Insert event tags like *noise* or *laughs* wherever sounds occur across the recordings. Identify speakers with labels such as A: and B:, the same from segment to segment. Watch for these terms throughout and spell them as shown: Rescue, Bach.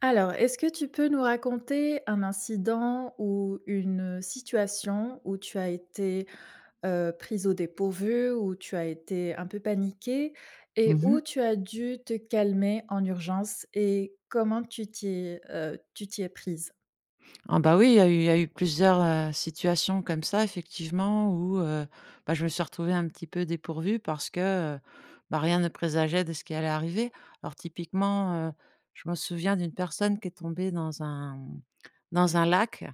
A: Alors, est-ce que tu peux nous raconter un incident ou une situation où tu as été, prise au dépourvu, où tu as été un peu paniquée et
B: Mmh.
A: où tu as dû te calmer en urgence et comment tu t'y es prise?
B: Ah bah, oui, il y a eu plusieurs, situations comme ça effectivement où, bah, je me suis retrouvée un petit peu dépourvue parce que, bah, rien ne présageait de ce qui allait arriver. Alors typiquement, je me souviens d'une personne qui est tombée dans un lac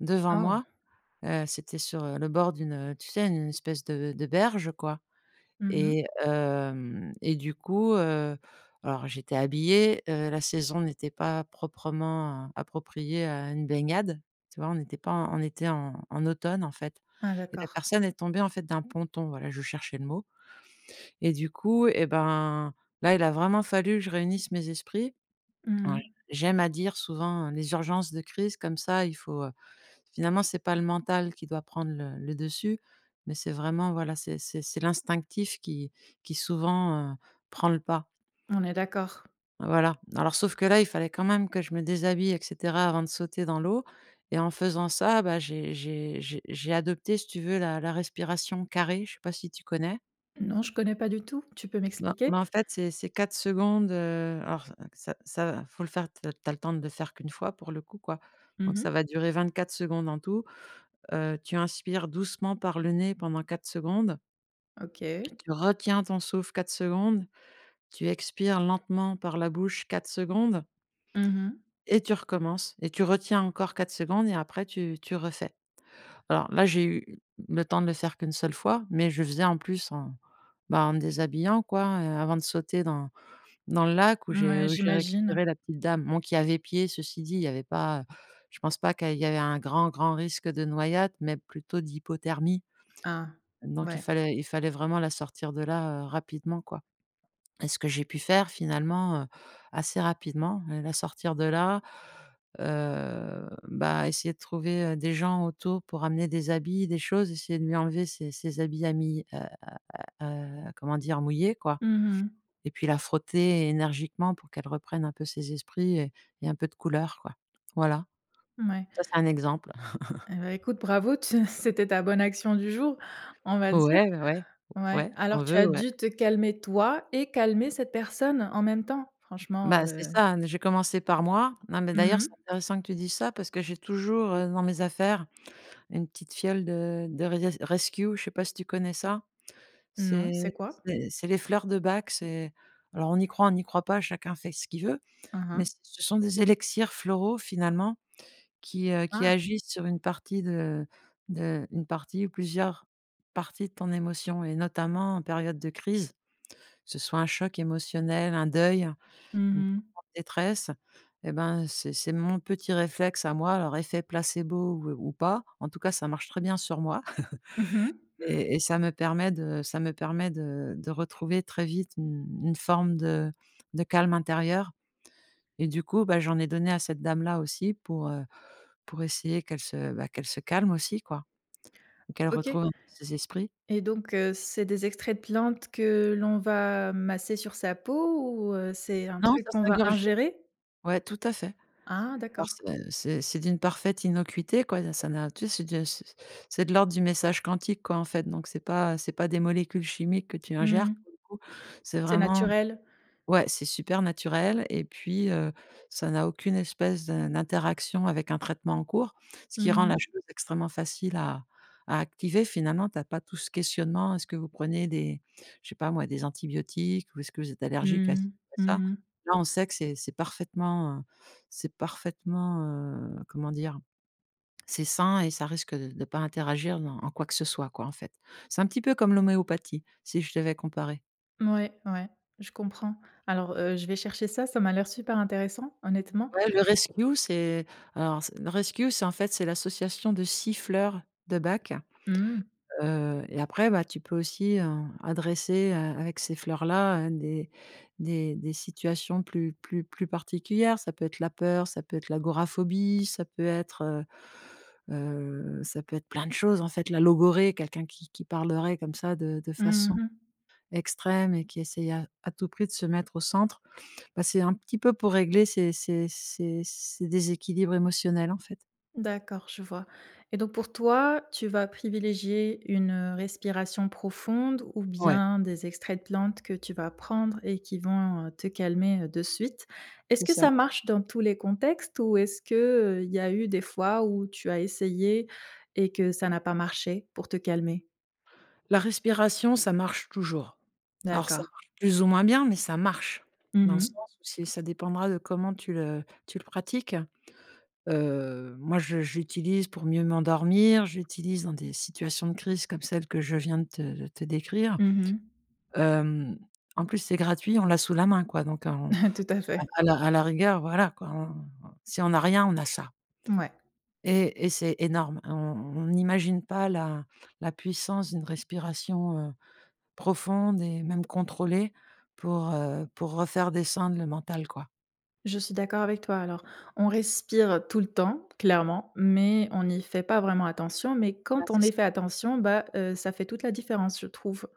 B: devant
A: Oh!
B: moi, c'était sur, le bord d'une, tu sais, une espèce de berge quoi.
A: Mmh.
B: Et du coup, alors j'étais habillée, la saison n'était pas proprement appropriée à une baignade, tu vois? On n'était pas en, on était en automne, en fait,
A: Ah
B: et la
A: d'accord.
B: personne est tombée, en fait, d'un ponton, voilà, je cherchais le mot et du coup et ben, là, il a vraiment fallu que je réunisse mes esprits. Alors,
A: Mmh.
B: j'aime à dire souvent, les urgences de crise comme ça, il faut. Finalement, c'est pas le mental qui doit prendre le dessus, mais c'est vraiment, voilà, c'est l'instinctif qui souvent, prend le pas.
A: On est d'accord.
B: Voilà. Alors sauf que là, il fallait quand même que je me déshabille et cetera avant de sauter dans l'eau et en faisant ça, bah, j'ai adopté, si tu veux, la respiration carrée, je sais pas si tu connais?
A: Non, je connais pas du tout. Tu peux
B: Ben
A: m'expliquer?
B: ben, en fait, c'est 4 secondes, alors ça faut le faire, tu as le temps de le faire qu'une fois pour le coup, quoi. Donc
A: Mmh.
B: ça va durer 24 secondes en tout. Tu inspires doucement par le nez pendant 4 secondes,
A: OK.
B: tu retiens ton souffle 4 secondes, tu expires lentement par la bouche 4 secondes
A: Mmh mh.
B: et tu recommences et tu retiens encore 4 secondes et après tu refais. Alors là, j'ai eu le temps de le faire qu'une seule fois, mais je faisais en plus bah, en me déshabillant quoi, avant de sauter dans le lac où j'ai
A: J'imagine.
B: récupéré la petite dame, bon, qui avait pied ceci dit, il y avait pas, je pense pas qu'il y avait un grand, grand risque de noyade mais plutôt d'hypothermie.
A: Ah!
B: Donc il
A: Ouais.
B: fallait il fallait vraiment la sortir de là, rapidement, quoi, et ce que j'ai pu faire finalement, assez rapidement, la sortir de là, bah, essayer de trouver, des gens autour pour amener des habits, des choses, essayer de lui enlever ses habits à mi comment dire? Mouillés, quoi,
A: Mmh mh.
B: et puis la frotter énergiquement pour qu'elle reprenne un peu ses esprits et un peu de couleur, quoi. Voilà,
A: Ouais.
B: ça c'est un exemple. *laughs*
A: Eh bah, écoute, bravo, tu *laughs* c'était ta bonne action du jour, on va dire.
B: Ouais, ouais,
A: Ouais.
B: ouais, si on
A: Alors tu
B: veut,
A: as
B: ouais.
A: dû te calmer toi et calmer cette personne en même temps. Franchement,
B: Bah, c'est ça, j'ai commencé par moi. Non, mais d'ailleurs, c'est
A: mmh.
B: intéressant que tu dises ça parce que j'ai toujours, dans mes affaires, une petite fiole de Rescue, je sais pas si tu connais ça? C'est
A: Non, c'est quoi?
B: c'est les fleurs de Bach, c'est, alors on y croit, on n'y croit pas, chacun fait ce qu'il veut,
A: Hein,
B: mais
A: hein.
B: c ce sont des élixirs floraux finalement qui
A: Ah!
B: agissent sur une partie de une partie ou plusieurs parties de ton émotion et notamment en période de crise, que ce soit un choc émotionnel, un deuil.
A: Mmh
B: Une
A: mh.
B: trop grande détresse et ben, c'est mon petit réflexe à moi, alors effet placebo ou pas, en tout cas ça marche très bien sur moi *laughs*
A: Mmh.
B: et ça me permet de retrouver très vite une forme de calme intérieur et du coup, bah, j'en ai donné à cette dame-là aussi pour essayer qu'elle se bah, qu'elle se calme aussi quoi, qu'elle
A: OK,
B: retrouve un peu ses esprits.
A: et donc c'est des extraits de plantes que l'on va masser sur sa peau ou c'est un
B: Non,
A: truc
B: ça
A: qu'on va
B: s'ingurgite.
A: ingérer?
B: Ouais, tout à fait.
A: Ah
B: Alors
A: d'accord.
B: c'est d'une parfaite innocuité quoi, ça n'a, tu sais, c'est de l'ordre du message quantique quoi, en fait, donc c'est pas des molécules chimiques que tu ingères
A: Mmh.
B: pour le coup. C'est
A: C'est
B: vraiment.
A: naturel.
B: Ouais, c'est super naturel et puis, ça n'a aucune espèce de d'interaction avec un traitement en cours, ce qui
A: Mmh
B: rend la
A: mh.
B: chose extrêmement facile à activer. Finalement, tu as pas tout ce questionnement: «Est-ce que vous prenez des, je sais pas moi, des antibiotiques ou est-ce que vous êtes allergique à ci
A: Mmh.
B: ou à ça?»
A: Mmh.
B: Là, on sait que c'est parfaitement, comment dire? C'est sain et ça risque de pas interagir dans en quoi que ce soit quoi, en fait. C'est un petit peu comme l'homéopathie, si je devais comparer.
A: Ouais, ouais, je comprends. Alors, je vais chercher ça, ça m'a l'air super intéressant, honnêtement.
B: Ouais, le rescue, c'est, en fait, c'est l'association de siffleurs de bac,
A: Mmh.
B: et après, bah, tu peux aussi, adresser, avec ces fleurs-là, des situations plus particulières. Ça peut être la peur, ça peut être l'agoraphobie, ça peut être, plein de choses, en fait. La logorée, quelqu'un qui parlerait comme ça de façon
A: Mmh.
B: extrême et qui essaye à tout prix de se mettre au centre. Bah, c'est un petit peu pour régler ces déséquilibres émotionnels, en fait.
A: D'accord, je vois, et donc pour toi, tu vas privilégier une, respiration profonde ou
B: Ouais.
A: bien des extraits de plantes que tu vas prendre et qui vont, te calmer, de suite. Est-ce
B: C'est
A: que
B: ça.
A: ça marche dans tous les contextes ou est-ce que, il y a eu des fois où tu as essayé et que ça n'a pas marché pour te calmer?
B: La respiration, ça marche toujours. Alors ça
A: D'accord.
B: marche plus ou moins bien, mais ça marche.
A: Mhm,
B: Dans le sens
A: mhm.
B: où c'est ça dépendra de comment tu le pratiques. Moi je l'utilise pour mieux m'endormir, je l'utilise dans des situations de crise comme celle que je viens de te décrire. Hem, En plus c'est gratuit, on l'a sous la main quoi, donc on
A: *laughs* Tout à fait.
B: à la rigueur, voilà quoi, on, si on n'a rien, on a ça.
A: Ouais.
B: Et c'est énorme. On n'imagine pas la puissance d'une respiration, profonde et même contrôlée pour refaire descendre le mental, quoi.
A: Je suis d'accord avec toi. Alors, on respire tout le temps, clairement, mais on n'y fait pas vraiment attention. Mais
B: Ouais,
A: quand
B: c'est
A: on y
B: ça.
A: fait attention, bah, ça fait toute la différence, je trouve.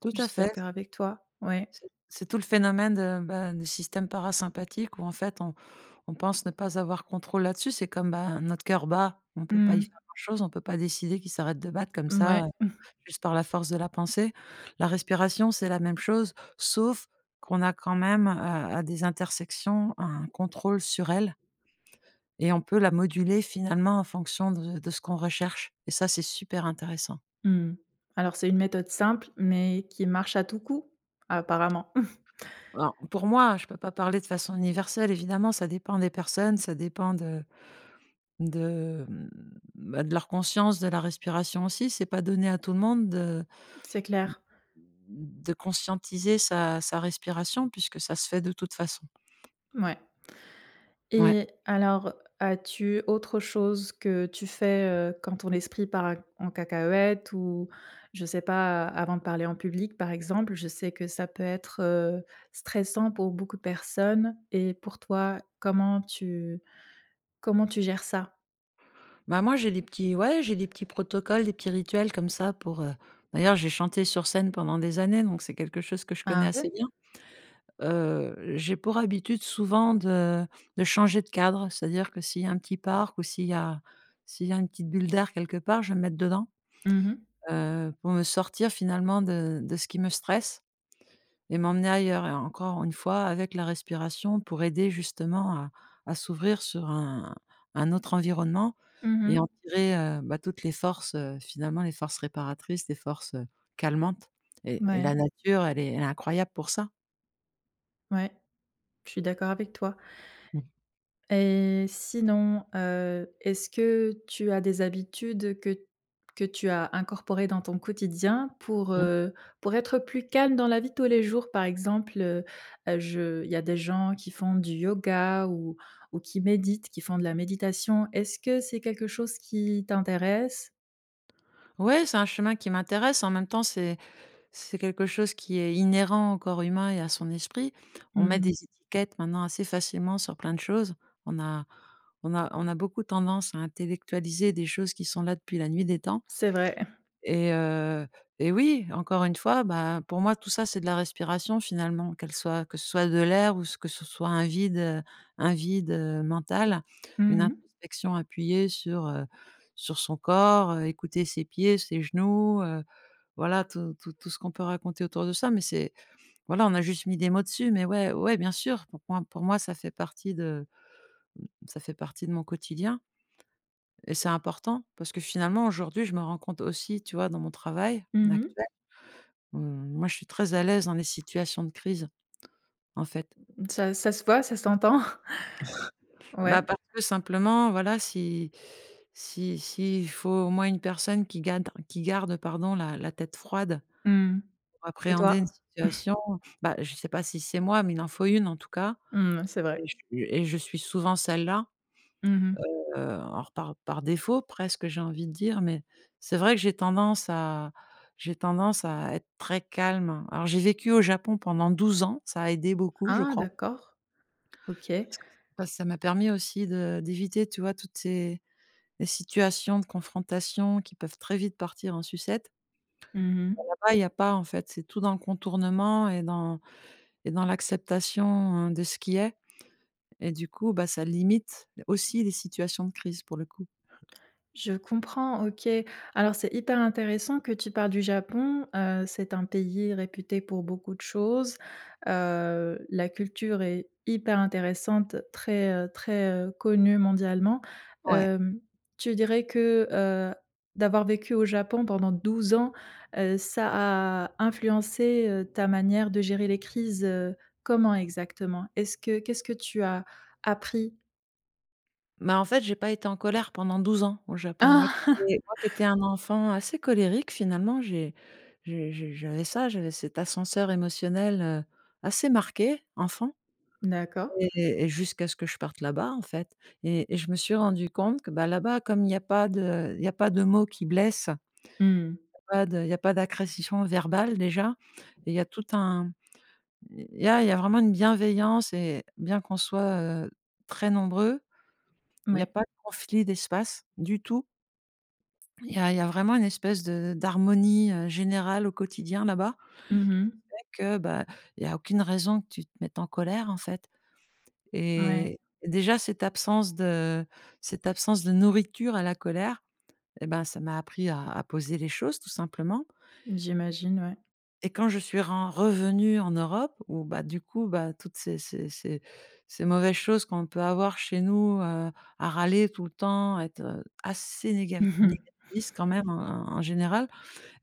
B: Tout
A: Je
B: à
A: suis
B: fait.
A: d'accord avec toi. Ouais.
B: C'est tout le phénomène de, bah, du système parasympathique où en fait on pense ne pas avoir contrôle là-dessus. C'est comme, bah, notre cœur bat, on peut pas y
A: Mmh.
B: faire grand-chose, on peut pas décider qu'il s'arrête de battre comme
A: Mouais.
B: ça. Juste par la force de la pensée. La respiration, c'est la même chose, sauf qu'on a quand même, à des intersections, un contrôle sur elle et on peut la moduler finalement en fonction de ce qu'on recherche et ça, c'est super intéressant.
A: Mmh. Alors c'est une méthode simple, mais qui marche à tout coup, apparemment.
B: Alors, pour moi, je ne peux pas parler de façon universelle, évidemment, ça dépend des personnes, ça dépend de, mmh, bah, de leur conscience de la respiration aussi. C'est pas donné à tout le monde de
A: *laughs* C'est clair.
B: de conscientiser sa respiration puisque ça se fait de toute façon.
A: Ouais.
B: Ouais.
A: Et alors, as-tu autre chose que tu fais, quand ton esprit part en cacahuète ou je sais pas, avant de parler en public, par exemple? Je sais que ça peut être, stressant pour beaucoup de personnes et pour toi, comment tu gères ça?
B: Bah, moi, j'ai des petits, ouais, j'ai des petits protocoles, des petits rituels comme ça d'ailleurs, j'ai chanté sur scène pendant des années, donc c'est quelque chose que je connais
A: Ah ouais?
B: assez bien. J'ai pour habitude souvent de changer de cadre, c'est-à-dire que s'il y a un petit parc ou s'il y a une petite bulle d'air quelque part, je vais me mettre dedans,
A: Mmh mh.
B: pour me sortir finalement de ce qui me stresse. Et m'emmener ailleurs et encore une fois avec la respiration pour aider justement à s'ouvrir sur un autre environnement et en
A: Mmh.
B: tirer, bah, toutes les forces, finalement les forces réparatrices, les forces, calmantes et
A: Ouais,
B: la nature elle est incroyable pour ça.
A: ouais, je suis d'accord avec toi.
B: Mmh.
A: Et sinon, est-ce que tu as des habitudes que tu as incorporées dans ton quotidien
B: Mmh.
A: pour être plus calme dans la vie de tous les jours? Par exemple, je il y a des gens qui font du yoga ou qui méditent, qui font de la méditation. Est-ce que c'est quelque chose qui t'intéresse?
B: Ouais, c'est un chemin qui m'intéresse. En même temps, c'est quelque chose qui est inhérent au corps humain et à son esprit. On met des
A: Mmh.
B: étiquettes maintenant assez facilement sur plein de choses. On a on a beaucoup tendance à intellectualiser des choses qui sont là depuis la nuit des temps
A: C'est vrai.
B: et heu et oui, encore une fois, bah, pour moi, tout ça, c'est de la respiration finalement, qu'elle soit que ce soit de l'air ou ce que ce soit un vide, mental,
A: Mmh
B: une
A: mh.
B: introspection appuyée sur son corps, écouter ses pieds, ses genoux, voilà tout ce qu'on peut raconter autour de ça, mais c'est, voilà, on a juste mis des mots dessus, mais ouais, ouais, bien sûr, pour moi, ça fait partie de mon quotidien et c'est important parce que finalement, aujourd'hui, je me rends compte aussi, tu vois, dans mon travail
A: Mmh.
B: actuel, moi, je suis très à l'aise dans les situations de crise, en fait.
A: Ça ça se voit, ça s'entend. *laughs*
B: Bah,
A: Ouais.
B: parce que simplement, voilà, si si s'il faut au moins une personne qui garde, pardon, la tête froide
A: Mmh.
B: pour
A: C'est
B: appréhender une
A: toi.
B: situation, bah, je sais pas si c'est moi, mais il en faut une en tout cas.
A: Mmh, c'est vrai.
B: Et je suis souvent celle-là,
A: Mmh.
B: alors par défaut presque, j'ai envie de dire, mais c'est vrai que j'ai tendance à être très calme. Alors j'ai vécu au Japon pendant 12 ans, ça a aidé beaucoup je
A: Ah
B: crois,
A: d'accord. OK.
B: parce que parce que ça m'a permis aussi de d'éviter, tu vois, toutes ces, les situations de confrontation qui peuvent très vite partir en sucette.
A: Mmh.
B: Là-bas, il y a pas en fait, c'est tout dans le contournement et dans l'acceptation, de ce qui est. Et du coup, bah, ça limite aussi les situations de crise pour le coup.
A: Je comprends, OK. Alors c'est hyper intéressant que tu parles du Japon, c'est un pays réputé pour beaucoup de choses. La culture est hyper intéressante, très, très, connue mondialement.
B: Ouais.
A: Hem, tu dirais que, d'avoir vécu au Japon pendant 12 ans, ça a influencé, ta manière de gérer les crises, comment exactement? Est-ce que qu'est-ce que tu as appris?
B: Bah, en fait, j'ai pas été en colère pendant 12 ans au Japon.
A: Ah! *laughs*
B: Moi qui étais un enfant assez colérique finalement, j'ai j'avais ça, j'avais cet ascenseur émotionnel, assez marqué, enfant,
A: D'accord.
B: et jusqu'à ce que je parte là-bas, en fait. Et je me suis rendu compte que, bah, là-bas, comme il y a pas de mots qui blessent,
A: Mmh.
B: il y a pas d'agression verbale déjà, et il y a vraiment une bienveillance, et bien qu'on soit, très nombreux, il y a
A: Oui.
B: pas de conflit d'espace du tout. Il y a vraiment une espèce de d'harmonie, générale au quotidien là-bas,
A: Mmh mh.
B: que, bah, il y a aucune raison que tu te mettes en colère en fait.
A: Ouais,
B: Et déjà cette absence de nourriture à la colère, et ben, ça m'a appris à poser les choses tout simplement.
A: j'imagine, ouais.
B: Et quand je suis ren revenue en Europe où, bah, du coup, bah, toutes ces ces ces ces mauvaises choses qu'on peut avoir chez nous, à râler tout le temps, être, assez
A: *laughs*
B: négavi
A: Mmh mh.
B: négativiste quand même en général.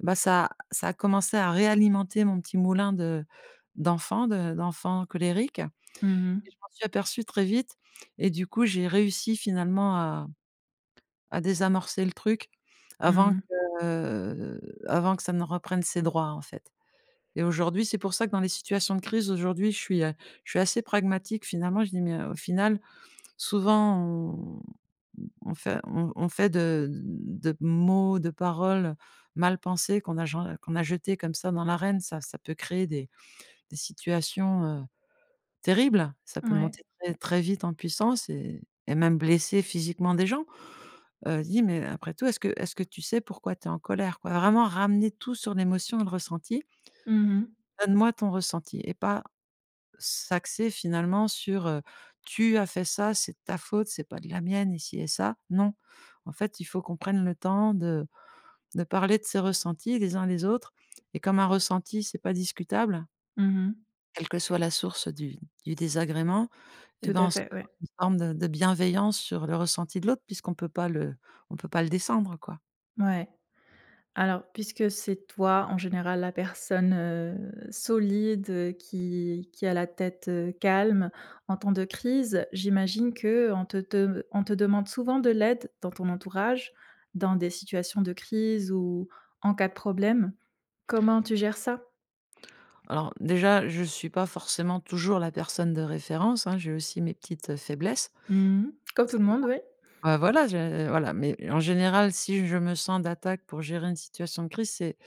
B: Bah, ça a commencé à réalimenter mon petit moulin de d'enfants colériques, et
A: Mmh
B: je
A: mh.
B: m'en suis aperçue très vite. Et du coup, j'ai réussi finalement à désamorcer le truc avant
A: Mmh
B: que
A: mh.
B: euh, avant que ça ne reprenne ses droits, en fait. Et aujourd'hui, c'est pour ça que dans les situations de crise, aujourd'hui, je suis assez pragmatique finalement. Je dis: «Mais au final, souvent on fait on fait de mots, de paroles mal pensées qu'on a gen qu'on a jetées comme ça dans l'arène, ça peut créer des situations, terribles. Ça peut
A: Ouais.
B: monter très très vite en puissance et même blesser physiquement des gens.» Dis: «Mais après tout, est que tu sais pourquoi tu es en colère, quoi?» Vraiment ramener tout sur l'émotion et le ressenti.
A: Mmh mh.
B: «Donne-moi ton ressenti» et pas s'axer finalement sur, «Tu as fait ça, c'est ta faute, c'est pas de la mienne» ici et ça. Non, en fait, il faut qu'on prenne le temps de parler de ses ressentis les uns les autres, et comme un ressenti, c'est pas discutable,
A: Mmh mh.
B: quelle que soit la source du désagrément, et
A: Tout
B: ben,
A: à
B: on se
A: fait,
B: met dans
A: ouais.
B: une forme de bienveillance sur le ressenti de l'autre puisqu'on peut pas le descendre, quoi.
A: Ouais. Alors, puisque c'est toi, en général, la personne, solide, qui a la tête, calme en temps de crise, j'imagine qu'on te de on te demande souvent de l'aide dans ton entourage, dans des situations de crise ou en cas de problème. Comment tu gères ça?
B: Alors déjà, je ne suis pas forcément toujours la personne de référence, hein, j'ai aussi mes petites, faiblesses.
A: Mmh mh. Comme tout
B: Ça
A: le monde, oui.
B: Bah, voilà, je voilà, mais en général, si je me sens d'attaque pour gérer une situation de crise, c'est,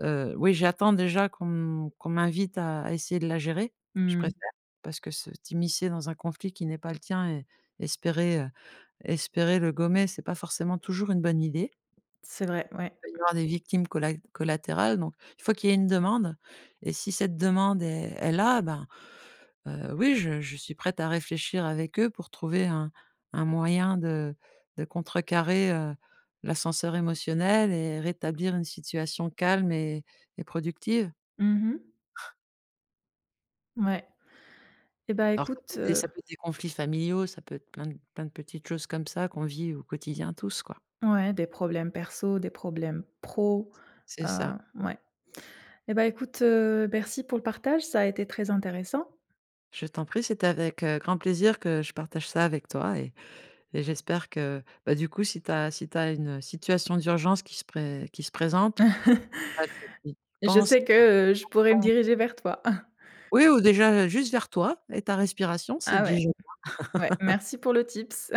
B: oui, j'attends déjà qu'on m qu'on m'invite à essayer de la gérer. Je
A: Mmh.
B: préfère, parce que se t'immiscer dans un conflit qui n'est pas le tien et espérer, espérer le gommer, c'est pas forcément toujours une bonne idée.
A: C'est vrai, ouais.
B: Peut y avoir des victimes collatérales, donc il faut qu'il y ait une demande. Et si cette demande est là, ben, oui, je suis prête à réfléchir avec eux pour trouver un moyen de contrecarrer, l'ascenseur émotionnel et rétablir une situation calme et productive.
A: Mmh mh. Ouais. Eh ben,
B: Alors
A: écoute,
B: ça peut être des conflits familiaux, ça peut être plein de petites choses comme ça qu'on vit au quotidien tous, quoi.
A: ouais, des problèmes perso, des problèmes pro,
B: C'est
A: heu,
B: ça.
A: ouais. Eh ben, écoute, merci pour le partage, ça a été très intéressant.
B: Je t'en prie, c'était avec, grand plaisir que je partage ça avec toi. Et j'espère que, bah, du coup, si tu as une situation d'urgence qui se pré qui se présente,
A: *laughs*
B: bah, tu
A: Je
B: penses.
A: sais que, je pourrais me diriger vers toi. *laughs*
B: Oui, ou déjà juste vers toi et ta respiration, c'est
A: Ah ouais,
B: déjà
A: ouais, merci pour le tips.